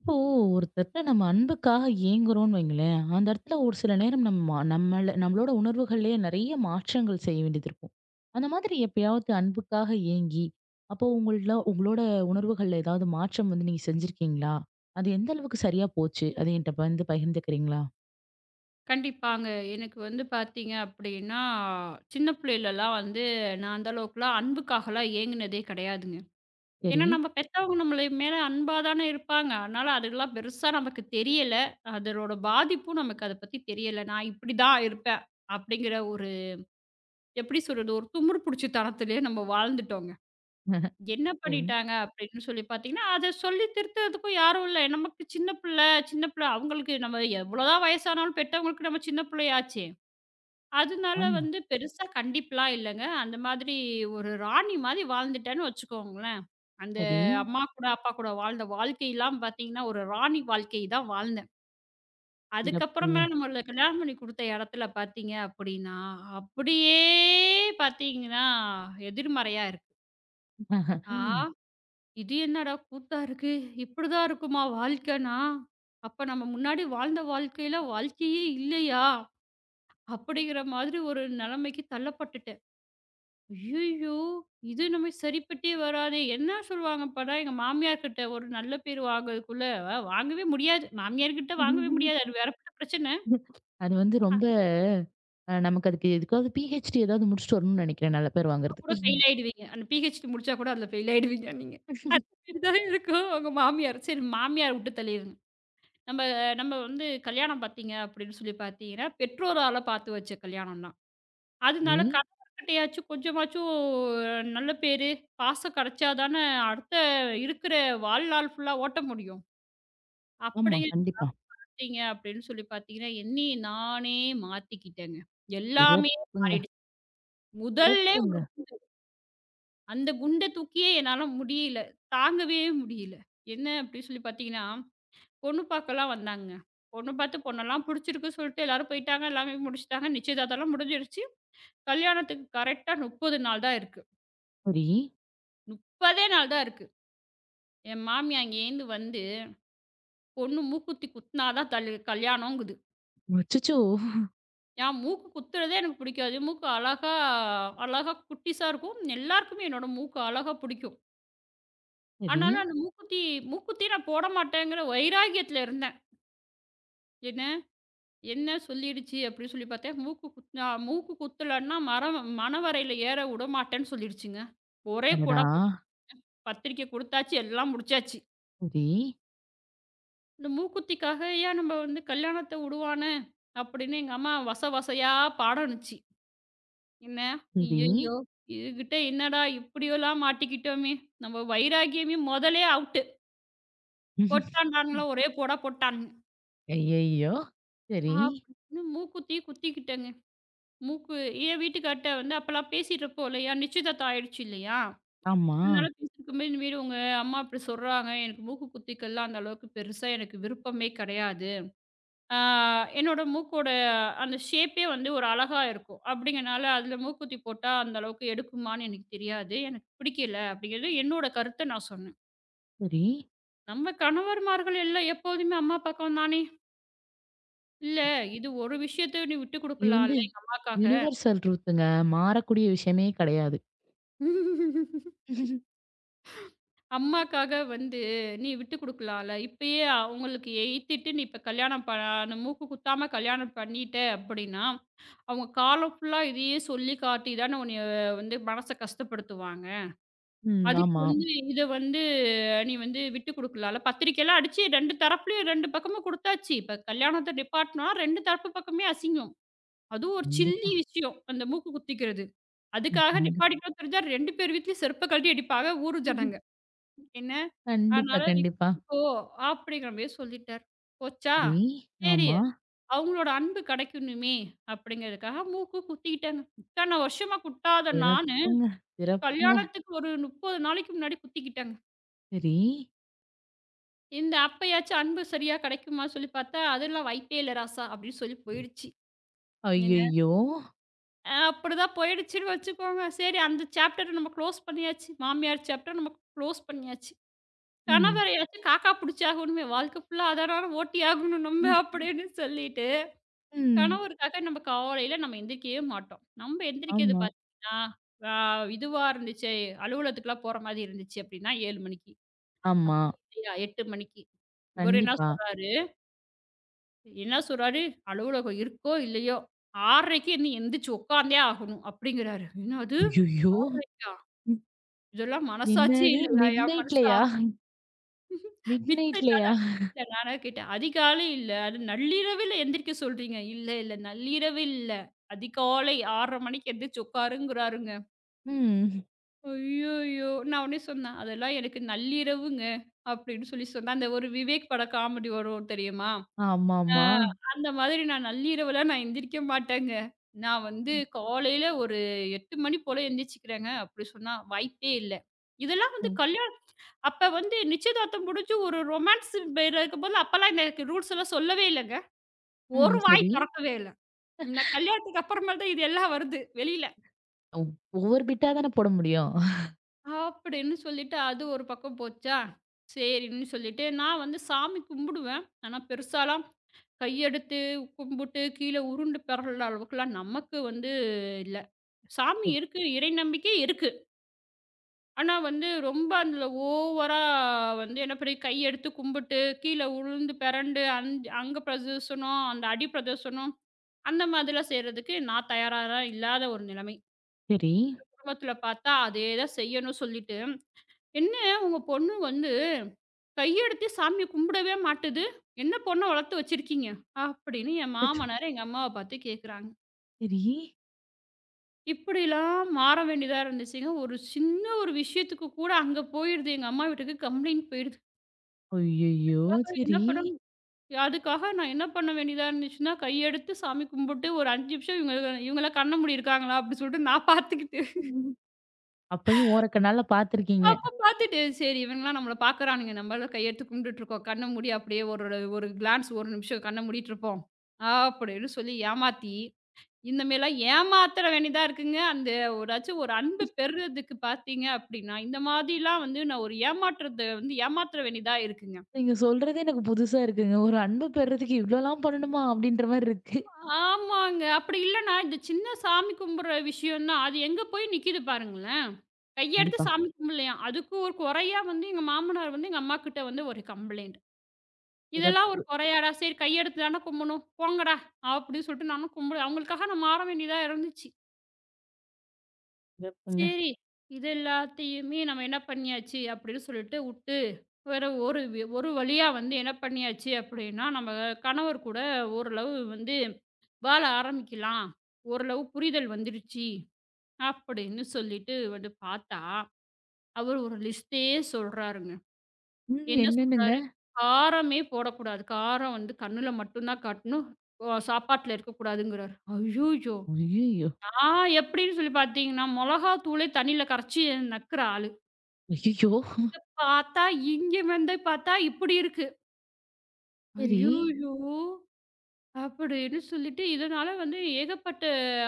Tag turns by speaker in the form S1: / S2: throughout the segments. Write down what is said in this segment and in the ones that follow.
S1: இப்போ ஒருத்தர்ட்ட நம்ம அன்புக்காக ஏங்குறோம்னு வைங்களேன், அந்த இடத்துல ஒரு சில நேரம் நம்மளோட உணர்வுகள்லயே நெறைய மாற்றங்கள் செய்ய வேண்டியது இருக்கும். அந்த மாதிரி எப்பயாவது அன்புக்காக ஏங்கி, அப்போ உங்களோட உணர்வுகள்ல ஏதாவது மாற்றம் வந்து நீங்க செஞ்சிருக்கீங்களா? அது எந்த அளவுக்கு சரியா போச்சு? அத என்ட்ட வந்து பகிர்ந்துக்கிறீங்களா?
S2: கண்டிப்பாங்க. எனக்கு வந்து பார்த்தீங்க அப்படின்னா, சின்ன பிள்ளைலலாம் வந்து நான் அந்த அளவுக்குலாம் அன்புக்காகலாம் ஏங்குனதே கிடையாதுங்க. ஏன்னா
S1: சரி.
S2: நம்ம பெத்தவங்க நம்மள மேல அன்பா தானே இருப்பாங்க. அதனால அதெல்லாம் பெருசா நமக்கு தெரியல. அதனோட பாதிப்பும் நமக்கு அத பத்தி தெரியல. நான் இப்படி தான் இருப்பேன் அப்படிங்கிற ஒரு எப்படி சொல்றது? ஒரு துமுறு பிடிச்சத்தனத்திலேயே நம்ம வாழ்ந்துட்டோங்க. என்ன
S1: சரி.
S2: பண்ணிட்டாங்க அப்படின்னு சொல்லி பார்த்தீங்கன்னா, அத சொல்லி திருத்துறதுக்கும் யாரும் இல்ல. நமக்கு சின்ன பிள்ளை சின்ன பிள்ளை அவங்களுக்கு நம்ம எவ்வளோதான் வயசானாலும் பெத்தவங்களுக்கு நம்ம சின்ன பிள்ளையாச்சே! அதனால
S1: ஆமா.
S2: வந்து பெருசா கண்டிப்புலாம் இல்லங்க. அந்த மாதிரி ஒரு ராணி மாரி வாழ்ந்துட்டேன்னு வச்சுக்கோங்களேன். அந்த
S1: சரி.
S2: அம்மா கூட, அப்பா கூட வாழ்ந்த வாழ்க்கைலாம் பார்த்தீங்கன்னா, ஒரு ராணி வாழ்க்கை தான் வாழ்ந்தேன். அதுக்கப்புறமா
S1: சிறப்புங்க.
S2: நம்மள கல்யாணம் பண்ணி குடுத்த இடத்துல பார்த்தீங்க அப்படின்னா, அப்படியே பார்த்தீங்கன்னா, எதிர்மறையா இருக்கு. ஆ! இது என்னடா கூத்தா இருக்கு? இப்படிதான் இருக்குமா வாழ்க்கைனா? அப்ப நம்ம முன்னாடி வாழ்ந்த வாழ்க்கையில வாழ்க்கையே இல்லையா? அப்படிங்கிற மாதிரி ஒரு நிலைமைக்கு தள்ளப்பட்டுட்டேன். ஐயய்யோ! இது நம்ம சரிப்பட்டே வராதே! என்ன சொல்லுவாங்க அப்பன்னா எங்க மாமியார் கிட்ட ஒரு நல்ல பேர் வாங்குறதுக்குள்ள, வாங்கவே முடியாது. மாமியார் கிட்ட வாங்கவே முடியாது. அது வேறப்பட்ட பிரச்சனை.
S1: அது வந்து ரொம்ப நமக்கு அதுக்கு எதுக்காவது PhD ஏதாவது முடிச்சுட்டு வரணும்னு நெனைக்கிறேன் நல்ல பேர்
S2: அப்ப
S1: வாங்குறதுக்கு.
S2: கூட ஃபெயில் ஆயிடுவீங்க. அந்த பிஹெச்டி முடிச்சா கூட அதுல ஃபெயில் ஆயிடுவீங்க நீங்க. இதான் இருக்கும் உங்க மாமியார். சரி மாமியார விட்டு தள்ளிருங்க. நம்ம நம்ம வந்து கல்யாணம் பார்த்தீங்க அப்படின்னு சொல்லி பார்த்தீங்கன்னா, பெற்றோரால பார்த்து வச்ச கல்யாணம் தான்.
S1: சரி.
S2: அதனால கணவர்கிட்டயாச்சும் கொஞ்சமாச்சும் நல்ல பேரு, பாசம் கிடைச்சா தானே அடுத்த இருக்கிற வாழ்நாள் ஃபுல்லா ஓட்ட முடியும். அப்படி
S1: ஆமா. கண்டிப்பா.
S2: மாறிட்டீங்க அப்படின்னு சொல்லி பார்த்தீங்கன்னா, என்னைய நானே மாத்திக்கிட்டேங்க. எல்லாமே
S1: சிறப்புங்க.
S2: மாறிடுச்சு. முதல்ல
S1: சிறப்புங்க.
S2: அந்த குண்ட தூக்கியே என்னால முடியல. தாங்கவே முடியல. என்ன அப்படி சொல்லி பார்த்தீங்கன்னா, பொண்ணு பார்க்கலாம் வந்தாங்கங்க. பொண்ணு பார்த்து பொண்ணெல்லாம் புடிச்சிருக்குன்னு சொல்லிட்டு எல்லாரும் போயிட்டாங்க. எல்லாமே முடிச்சுட்டாங்க. நிச்சயதார்த்தம்லாம் முடிஞ்சிருச்சு. கல்யாணத்துக்கு கரெக்ட்டா 30 நாள் தான் இருக்கு.
S1: சரி.
S2: 30 நாள் தான் இருக்கு. என் மாமியார் அங்கேருந்து வந்து, "பொண்ணு மூக்குத்தி குத்துனா தான் தல் கல்யாணங்குது."
S1: அச்சச்சோ!
S2: ஏன் மூக்கு குத்துறதே எனக்கு பிடிக்காது. மூக்கு அழகா அழகா குட்டிஸா இருக்கும். எல்லாருக்குமே என்னோட மூக்கு அழகா பிடிக்கும்.
S1: சரி.
S2: ஆனாலும் அந்த மூக்குத்தி மூக்குத்தி நான் போட மாட்டேங்கிற வைராகியத்துல இருந்தேன். என்ன என்ன சொல்லிடுச்சு அப்படின்னு சொல்லி பார்த்தேன். மூக்கு குத்துனா மூக்கு குத்தலன்னா மரம் மணவரையில ஏற விடமாட்டேன்னு சொல்லிடுச்சுங்க. ஒரே
S1: அடடா!
S2: போடா போட்டு பத்திரிக்கை குடுத்தாச்சு, எல்லாம் முடிச்சாச்சு.
S1: சரி,
S2: இந்த மூக்குத்திக்காக ஏன் நம்ம வந்து கல்யாணத்த விடுவானே அப்படின்னு எங்க அம்மா வச வசையா பாடம் இருந்துச்சு. என்ன?
S1: சரி.
S2: ஐயய்யோ! இதுகிட்ட என்னடா இப்படியெல்லாம் மாட்டிக்கிட்டோமே! நம்ம வைராகியமே மொதலே அவுட்டு. போட்டான்டானுங்களா ஒரே போடா போட்டானுங்க.
S1: ஐயய்யோ! சரி.
S2: அப்படின்னு மூக்குத்தி குத்திக்கிட்டேங்க. மூக்கு என் வீட்டுக்கார்ட்ட வந்து அப்பலாம் பேசிட்டுருப்போம் இல்லையா? நிச்சயதார்த்தம் ஆயிடுச்சு இல்லையா?
S1: ஆமா.
S2: அதனால பேசிட்டுருக்கும்போது, "இந்த மாரி உங்க அம்மா அப்படி சொல்றாங்க. எனக்கு மூக்கு குத்திக்கல்லாம் அந்த அளவுக்கு பெருசா எனக்கு விருப்பமே கிடையாது." ஆ, என்னோட மூக்கோட அந்த ஷேப்பே வந்து ஒரு அழகா இருக்கும். அப்படிங்கிறனால அதில மூக்குத்தி போட்டா அந்த அளவுக்கு எடுக்குமான்னு எனக்கு தெரியாது. எனக்கு பிடிக்கல அப்படிங்கிறது என்னோட கருத்த நான் சொன்னேன்.
S1: சரி.
S2: நம்ம கணவர்மார்கள் எல்லாம் எப்போதுமே அம்மா பக்கம் தானே. இல்ல இது ஒரு விஷயத்த நீ விட்டு
S1: இது வந்து
S2: குடுக்கலாம்ல எங்க
S1: யுனிவர்சல் ட்ரூத்துங்க. மாறக்கூடிய விஷயமே கிடையாது.
S2: அம்மாக்காக. அம்மாக்காக வந்து நீ விட்டு குடுக்கலாம்ல. இப்பயே அவங்களுக்கு எய்த்துட்டு நீ இப்ப கல்யாணம் அந்த மூக்கு குத்தாம கல்யாணம் பண்ணிட்ட அப்படின்னா, அவங்க காலம் ஃபுல்லா இதையே சொல்லி காட்டி தானே உன்னைய வந்து மனச கஷ்டப்படுத்துவாங்க.
S1: ம்.
S2: அதுக்கு
S1: ஆமா.
S2: வந்து இத வந்து நீ வந்து விட்டு குடுக்கலாம்ல. பத்திரிக்கைலாம் அடிச்சு 2 தரப்புலயும் 2 பக்கமும் குடுத்தாச்சு. இப்ப கல்யாணத்த நிப்பாட்னா 2 தரப்பு பக்கமே அசிங்கம். அதுவும் ஒரு சில்லி
S1: கண்டிப்பா.
S2: விஷயம். அந்த மூக்கு குத்திக்கிறது.
S1: ம்.
S2: அதுக்காக
S1: கண்டி
S2: நிப்பாட்டிட்டோம்னு தெரிஞ்சா 2 பேர் வீட்லயும் செருப்ப கழட்டி அடிப்பாங்க ஊரு ஜனங்க. என்ன?
S1: கண்டிப்பா,
S2: அதனால நீ
S1: கண்டிப்பா.
S2: கத்துக்கோ அப்படிங்கிற மாரி சொல்லிட்டாரு. போச்சா?
S1: சரி.
S2: சரி,
S1: ஆமா.
S2: அவங்களோட அன்பு கிடைக்கணுமே அப்படிங்கிறதுக்காக மூக்கு குத்திக்கிட்டேங்க. இத்தன வருஷமா குத்தாத நானு,
S1: சிறப்புங்க, சிறப்புங்க.
S2: கல்யாணத்துக்கு ஒரு 30 நாளைக்கு முன்னாடி குத்திக்கிட்டேங்க.
S1: சரி.
S2: இந்த அப்பயாச்சும் அன்பு சரியா கிடைக்குமா சொல்லி பார்த்தா, அதெல்லாம் வாய்ப்பே இல்ல ராசா அப்படின்னு சொல்லி போயிடுச்சு. என்ன
S1: ஐயய்யோ!
S2: அப்படிதான் போயிடுச்சுன்னு வச்சுக்கோங்க. சரி அந்த சாப்டர் நம்ம க்ளோஸ் பண்ணியாச்சு. மாமியார் சாப்டர் நம்ம க்ளோஸ் பண்ணியாச்சு.
S1: ம்.
S2: கணவரையாச்சும் காக்கா புடிச்சாகணுமே. வாழ்க்கை ஃபுல்லா அதனால ஓட்டி ஆகணும் நம்ம அப்படின்னு சொல்லிட்டு
S1: ம்.
S2: கணவருக்காக நம்ம காலையில நம்ம எந்திரிக்கவே மாட்டோம். நம்ம எந்திரிக்கிறது
S1: ஆமா.
S2: பார்த்தீங்கன்னா, ஆ இதுவா இருந்துச்சு, அலுவலகத்துக்குலாம் போற மாதிரி இருந்துச்சு அப்படின்னா 7 மணிக்கு.
S1: ஆமா.
S2: அப்படி இல்லையா 8 மணிக்கு. இவரு என்ன
S1: கண்டிப்பா.
S2: சொல்றாரு என்ன சொல்றாரு, "அலுவலகம் இருக்கோ இல்லையோ 6:30க்கு நீ எந்திரிச்சு உட்காந்தே ஆகணும்" அப்படிங்கிறாரு. என்னது
S1: ஐய்யய்யோ!
S2: 6:30க்கா?
S1: ம்.
S2: இதெல்லாம் மனசாட்சியே
S1: என்னது
S2: இல்லையா என் மனசா?
S1: மிட்நைட்லயா?
S2: மித்த
S1: மிட்நைட்லயா?
S2: நாள்ல நானா கேட்டேன், "அதிகாலை இல்ல, அது நள்ளிரவில எந்திரிக்க சொல்றீங்க." "இல்ல, இல்ல நள்ளிரவு இல்ல. அதிகாலை 6:30 மணிக்கு எந்திரிச்சு உட்காருங்கிறாருங்க."
S1: ம்.
S2: ஐய்யய்யோ! நான் உடனே சொன்னேன், "அதெல்லாம் எனக்கு நள்ளிரவுங்க" அப்படின்னு சொல்லி சொன்னேன். அந்த ஒரு விவேக் பட காமெடி வரும் தெரியுமா? ஆ
S1: ஆமாமா.
S2: அந்த மாதிரி நான் நள்ளிரவுலாம் நான் எந்திரிக்க மாட்டேங்க. நான் வந்து காலையில ஒரு 8 மணி போல எந்திரிச்சுக்கிறேங்க, அப்படி சொன்னா வாய்ப்பே இல்ல. இதெல்லாம் வந்து
S1: ம்.
S2: கல்யாணம் அப்ப வந்து நிச்சயதார்த்தம் முடிஞ்சு ஒரு ரொமான்ஸ் பேர் இருக்கும்போது, அப்பலாம் எனக்கு ரூல்ஸ் எல்லாம் சொல்லவே இல்லங்க.
S1: ம்.
S2: ஒரு
S1: சரி.
S2: வாய் தொறக்கவே இல்ல. இந்த கல்யாணத்துக்கு அப்புறமேல் தான் இது எல்லாம் வருது. வெளியில
S1: ஒ ஒவ்வொரு பிட்டா தான போட முடியும்.
S2: அப்படின்னு சொல்லிட்டு அது ஒரு பக்கம் போச்சா, சரின்னு சொல்லிட்டு நான் வந்து சாமி கும்பிடுவேன். ஆனா, பெருசாலாம் கையெடுத்து கும்பிட்டு கீழ உருண்டு பெரள்ற அளவுக்குலாம் நமக்கு வந்து இல்ல. சாமி
S1: ஒ.
S2: இருக்கு, இறை நம்பிக்கை இருக்கு. ஆனா வந்து ரொம்ப அதில ஓவரா வந்து என்ன பண்ணி கையெடுத்து கும்பிட்டு, கீழ உழுந்து பெரண்டு அங்க பிரதர்சனம், அந்த அடி பிரதர்சனம் அந்த மாதிரிலாம் செய்றதுக்கு நான் தயாரா தான் இல்லாத ஒரு நிலைமை.
S1: சரி.
S2: குடும்பத்தில பார்த்தா அதே தான் செய்யணும் சொல்லிட்டு, "என்ன உங்க பொண்ணு வந்து கையெடுத்தே சாமிய கும்பிடவே மாட்டுது. "என்ன பொண்ண வளர்த்து வச்சிருக்கீங்க?" அப்படின்னு என்
S1: அச்சோ!
S2: மாமனாரு எங்க அம்மாவ பார்த்து கேட்குறாங்க.
S1: சரி.
S2: இப்படிலாம் மாற வேண்டியதா இருந்துச்சுங்க. ஒரு சின்ன ஒரு விஷயத்துக்கு கூட அங்க போயிருது. எங்க அம்மா வீட்டுக்கு கம்ப்ளைண்ட் போயிடுது.
S1: ஐய்யய்யோ!
S2: அதுக்காக என்ன
S1: சரி.
S2: பண்ண அதுக்காக நான் என்ன பண்ண வேண்டியதா இருந்துச்சுன்னா, கையெடுத்து சாமி கும்பிட்டு ஒரு 5 நிமிஷம் இவங்கலாம் கண்ண மூடி இருக்காங்களா? அப்படின்னு சொல்லிட்டு நான் பார்த்துக்கிட்டு
S1: ம். அப்பயும் ஓரக்கண்ணால பார்த்துருக்கீங்க.
S2: அப்ப பாத்துட்டு, சரி இவங்கலாம் நம்மள பாக்குறானுங்க. நம்மலாம் கையெடுத்து கும்பிட்டுட்டுருக்கோம். கண்ண மூடி அப்படியே ஒரு ஒரு கிளான்ஸ் ஒரு நிமிஷம் கண்ண மூடிட்டுருப்போம். அப்படின்னு சொல்லி ஏமாத்தி, இந்த மேலாம் ஏமாத்தற வேண்டியதா இருக்குங்க. அந்த ஒராச்சும் ஒரு அன்பு பெறுறதுக்கு பாத்தீங்க அப்படின்னா, இந்த மாதிரிலாம் வந்து நான் ஒரு ஏமாற்றத்த வந்து ஏமாத்தற வேண்டியதா இருக்குங்க.
S1: நீங்க சொல்றதே எனக்கு புதுசா இருக்குங்க. ஒரு அன்பு பெறுறதுக்கு இவ்ளோலாம் பண்ணணுமா? அப்படின்ற மாரி இருக்கு.
S2: ஆமாங்க. அப்படி இல்லன்னா, இந்த சின்ன சாமி கும்பிடுற விஷயம் தான், அது எங்க போய் நிக்குது பாருங்களேன். கையெடுத்து
S1: கண்டிப்பா.
S2: சாமி கும்பிடலையாம். அதுக்கு ஒரு குறையா வந்து எங்க மாமனார் வந்து எங்க அம்மாகிட்ட வந்து ஒரு கம்ப்ளைண்ட். இதெல்லாம் ஒரு
S1: சிறப்பு,
S2: குறையாடா! சரி கையெடுத்து தானே கும்புணும். போங்கடா! அப்படின்னு சொல்லிட்டு நானும் கும்புடு அவங்களுக்காக நான் மாற வேண்டியதா இருந்துச்சு.
S1: சிறப்புங்க.
S2: சரி, இது எல்லாத்தையுமே நம்ம என்ன பண்ணியாச்சு அப்படின்னு சொல்லிட்டு உட்டு, வேற ஒரு ஒரு வழியா வந்து என்ன பண்ணியாச்சு அப்படின்னா, நம்ம கணவர் கூட ஓரளவு வந்து வாழ ஆரம்பிக்கலாம். ஓரளவு புரிதல் வந்துருச்சு அப்படின்னு சொல்லிட்டு வந்து பார்த்தா, அவர் ஒரு லிஸ்ட்டே சொல்றாருங்க.
S1: ம்.
S2: என்ன
S1: என்னன்னுங்க?
S2: சொல்றாரு, "காரமே போடக்கூடாது. காரம் வந்து கண்ணுல மட்டும் தான் காட்டணும். ஒ சாப்பாட்டுல இருக்கக்கூடாதுங்கிறாரு." அய்யய்யோ!
S1: ஐய்யய்யோ!
S2: நான் எப்படின்னு சொல்லி பார்த்தீங்கன்னா, மொளகாத்தூளே தண்ணீல கரைச்சு நக்குற ஆளு.
S1: ஐய்யய்யோ!
S2: இங்க பார்த்தா, இங்க வந்து பார்த்தா இப்படி இருக்கு.
S1: சரி,
S2: அய்யய்யோ! அப்படின்னு சொல்லிட்டு, இதனால வந்து ஏகப்பட்ட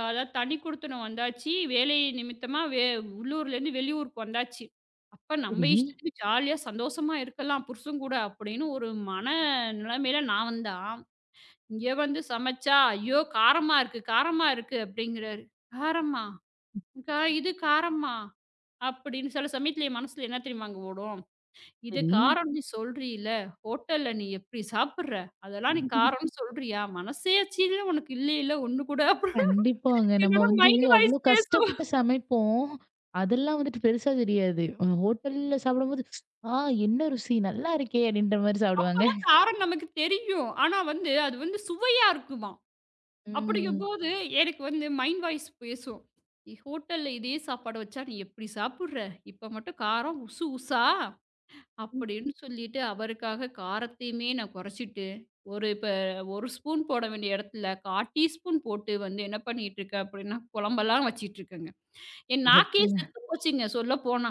S2: அதாவது தனி குடித்தனம் வந்தாச்சு. வேலை நிமித்தமா உள்ளூர்லேருந்து வெளியூருக்கு வந்தாச்சு. அப்ப நம்ம
S1: சரி,
S2: இஷ்டத்துக்கு ஜாலியா சந்தோஷமா இருக்கலாம் புருஷன் கூட அப்படின்னு ஒரு மன நிலைமையில நான் வந்தா, இங்க வந்து சமைச்சா, "ஐயோ! காரமா இருக்கு, காரமா இருக்கு" அப்படிங்கிறாரு. "காரமா? இது காரமா?" அப்படின்னு சில சமயத்துல என் மனசுல என்ன தெரியுமாங்க ஓடும்? இது
S1: சரி.
S2: காரம் நீ சொல்றீல, ஹோட்டல்ல நீ எப்படி சாப்பிடுற? அதெல்லாம் நீ காரம்னு சொல்றியா? மனசாட்சியில உனக்கு இல்லைல ஒண்ணு கூட. அப்படின்னு
S1: கண்டிப்பாங்க. நம்ம
S2: என்னோட
S1: வந்து
S2: மைண்ட் வாய்ஸ்
S1: அவ்ளோ
S2: பேசும்.
S1: கஷ்டப்பட்டு சமைப்போம். அதெல்லாம் வந்துட்டு பெருசா தெரியாது. ஹோட்டல்ல சாப்பிடும்போது, "ஆ என்ன ருசி நல்லா இருக்கே!" அப்படின்ற மாரி சாப்பிடுவாங்க.
S2: அப்பதான் காரம் நமக்கு தெரியும். ஆனா வந்து அது வந்து சுவையா இருக்குமாம்.
S1: ம்.
S2: அப்படிங்கும்போது எனக்கு வந்து மைண்ட் வாய்ஸ் பேசும். "நீ ஹோட்டல்ல இதே சாப்பாடு வச்சா நீ எப்படி சாப்பிடுற? இப்ப மட்டும் காரம் உசு உசா?"
S1: ம்.
S2: அப்படின்னு சொல்லிட்டு அவருக்காக காரத்தையுமே நான் குறைச்சிட்டு, ஒரு இப்ப 1 ஸ்பூன் போட வேண்டிய இடத்துல 1/4 டீஸ்பூன் போட்டு வந்து என்ன பண்ணிட்டு இருக்கேன் அப்படின்னா, குழம்பெல்லாம் வச்சிட்டுருக்கேங்க. என் நாக்கே
S1: சிறப்புங்க.
S2: செத்து போச்சுங்க சொல்லப்போனா.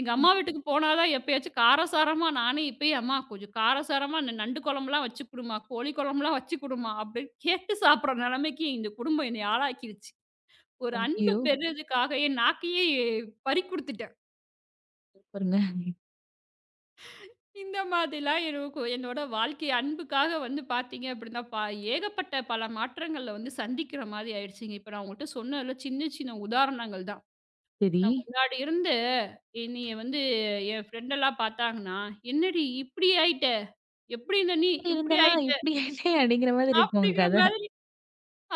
S2: எங்க அம்மா வீட்டுக்கு போனா தான் எப்பயாச்சும் காரசாரமா நானே இப்பயே, "அம்மா கொஞ்சம் காரசாரமா இந்த நண்டு குழம்புலாம் வச்சு குடும்மா, கோழி குழம்புலாம் வச்சு குடும்மா" அப்படின்னு கேட்டு சாப்பிடுற நிலைமைக்கு இந்த குடும்பம் என்னை ஆளாக்கிருச்சு. ஒரு அன்பு
S1: ஐயோ!
S2: பெறுறதுக்காக என் நாக்கையே பறி குடுத்துட்டேன்.
S1: சூப்பருங்க.
S2: இந்த மாதிரிலாம் இருக்கும். என்னோட வாழ்க்கை அன்புக்காக வந்து பார்த்தீங்க அப்படின்னா, ஏகப்பட்ட பல மாற்றங்கள்ல வந்து சந்திக்கிற மாரி ஆயிடுச்சுங்க. இப்ப நான் உங்கள்ட்ட சொன்னேன்ல சின்ன சின்ன உதாரணங்கள் தான்.
S1: சரி.
S2: நான் முன்னாடி இருந்து என்னைய வந்து என் ஃப்ரெண்டெல்லாம் பார்த்தாங்கன்னா, "என்னடி இப்படி ஆயிட்ட? எப்படி இருந்த நீ
S1: இப்படி
S2: இப்படி
S1: இருந்தனா
S2: ஆயிட்ட?"
S1: இப்படி ஆயிட்டே அப்படிங்கிற மாதிரி இருக்கும் உங்க
S2: அப்படிங்கிற
S1: கதை.
S2: மாரி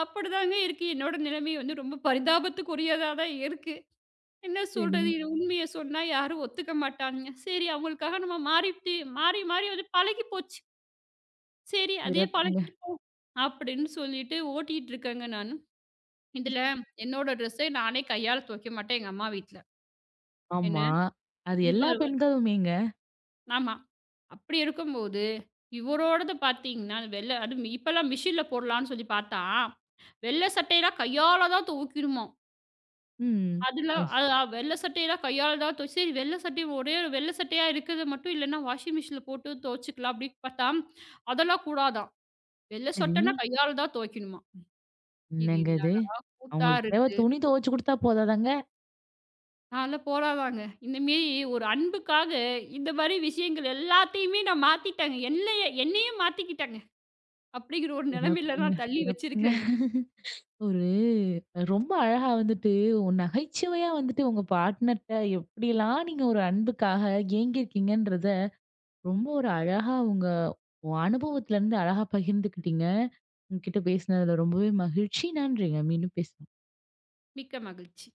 S2: அப்படிதாங்க இருக்கு. என்னோட நிலைமை வந்து ரொம்ப பரிதாபத்துக்குரியதா தான் இருக்கு. என்ன
S1: சரி.
S2: சொல்றது? இது உண்மைய சொன்னா யாரும் ஒத்துக்க மாட்டானுங்க. சரி அவங்களுக்காக நம்ம மாறிட்டு மாறி மாறி வந்து பழகி போச்சு. சரி அதே
S1: சிறப்புங்க.
S2: பழகிட்டு போ அப்படின்னு சொல்லிட்டு ஓட்டிட்டு இருக்கேங்க நானு. இதுல என்னோட ட்ரெஸ்ஸ நானே கையால துவைக்க மாட்டேன் எங்க அம்மா வீட்ல. என்ன
S1: ஆமா. அது எல்லா
S2: இவர்
S1: பெண்களுமேங்க.
S2: ஆமா. அப்படி இருக்கும்போது, இவரோடது பார்த்தீங்கன்னா, வெள்ள அதுவும் இப்பலாம் மிஷின்ல போடலான்னு சொல்லி பார்த்தா, வெள்ள சட்டையெல்லாம் கையால தான் துவைக்கணுமாம்.
S1: ம்.
S2: அதுல
S1: ஐ
S2: அது வெள்ள சட்டையெல்லாம் கையால தான் துவச்சு சரி வெள்ள சட்டை ஒரே ஒரு வெள்ள சட்டையா இருக்கிறது மட்டும் இல்லன்னா வாஷிங் மிஷின்ல போட்டு துவைச்சுக்கலாம் அப்படின்னு பார்த்தா, அதெல்லாம் கூடாதாம். வெள்ள
S1: சரி.
S2: சட்டைன்னா கையால தான் துவைக்கணுமாம். இது
S1: என்னங்க
S2: என்ன
S1: இது?
S2: கூத்தா
S1: அவங்களுக்கு தேவ
S2: இருக்கு.
S1: துணி துவைச்சு குடுத்தா போதாதாங்க?
S2: நான்லாம் போராதாங்க. இந்த மேரி ஒரு அன்புக்காக இந்த மாரி விஷயங்கள் எல்லாத்தையுமே நான் மாத்திட்டேங்க. என்னையும் மாத்திக்கிட்டேங்க. அப்படிங்கிற ஒரு நெலைமையில ம்.
S1: சிறப்புங்க,
S2: நான் தள்ளி
S1: சிறப்புங்க.
S2: வச்சிருக்கேங்க.
S1: ஒரு ரொம்ப அழகா வந்துட்டு ஒரு நகைச்சுவையா வந்துட்டு உங்க பார்ட்னர்ட்ட எப்படிலாம் நீங்க ஒரு அன்புக்காக ஏங்கியிருக்கீங்கன்றத ரொம்ப ஒரு அழகா உங்க அனுபவத்துல இருந்து அழகா பகிர்ந்துக்கிட்டீங்க. உங்ககிட்ட பேசினதுல ரொம்பவே மகிழ்ச்சி. நன்றிங்க. மீண்டும் பேச
S2: மிக்க மகிழ்ச்சி.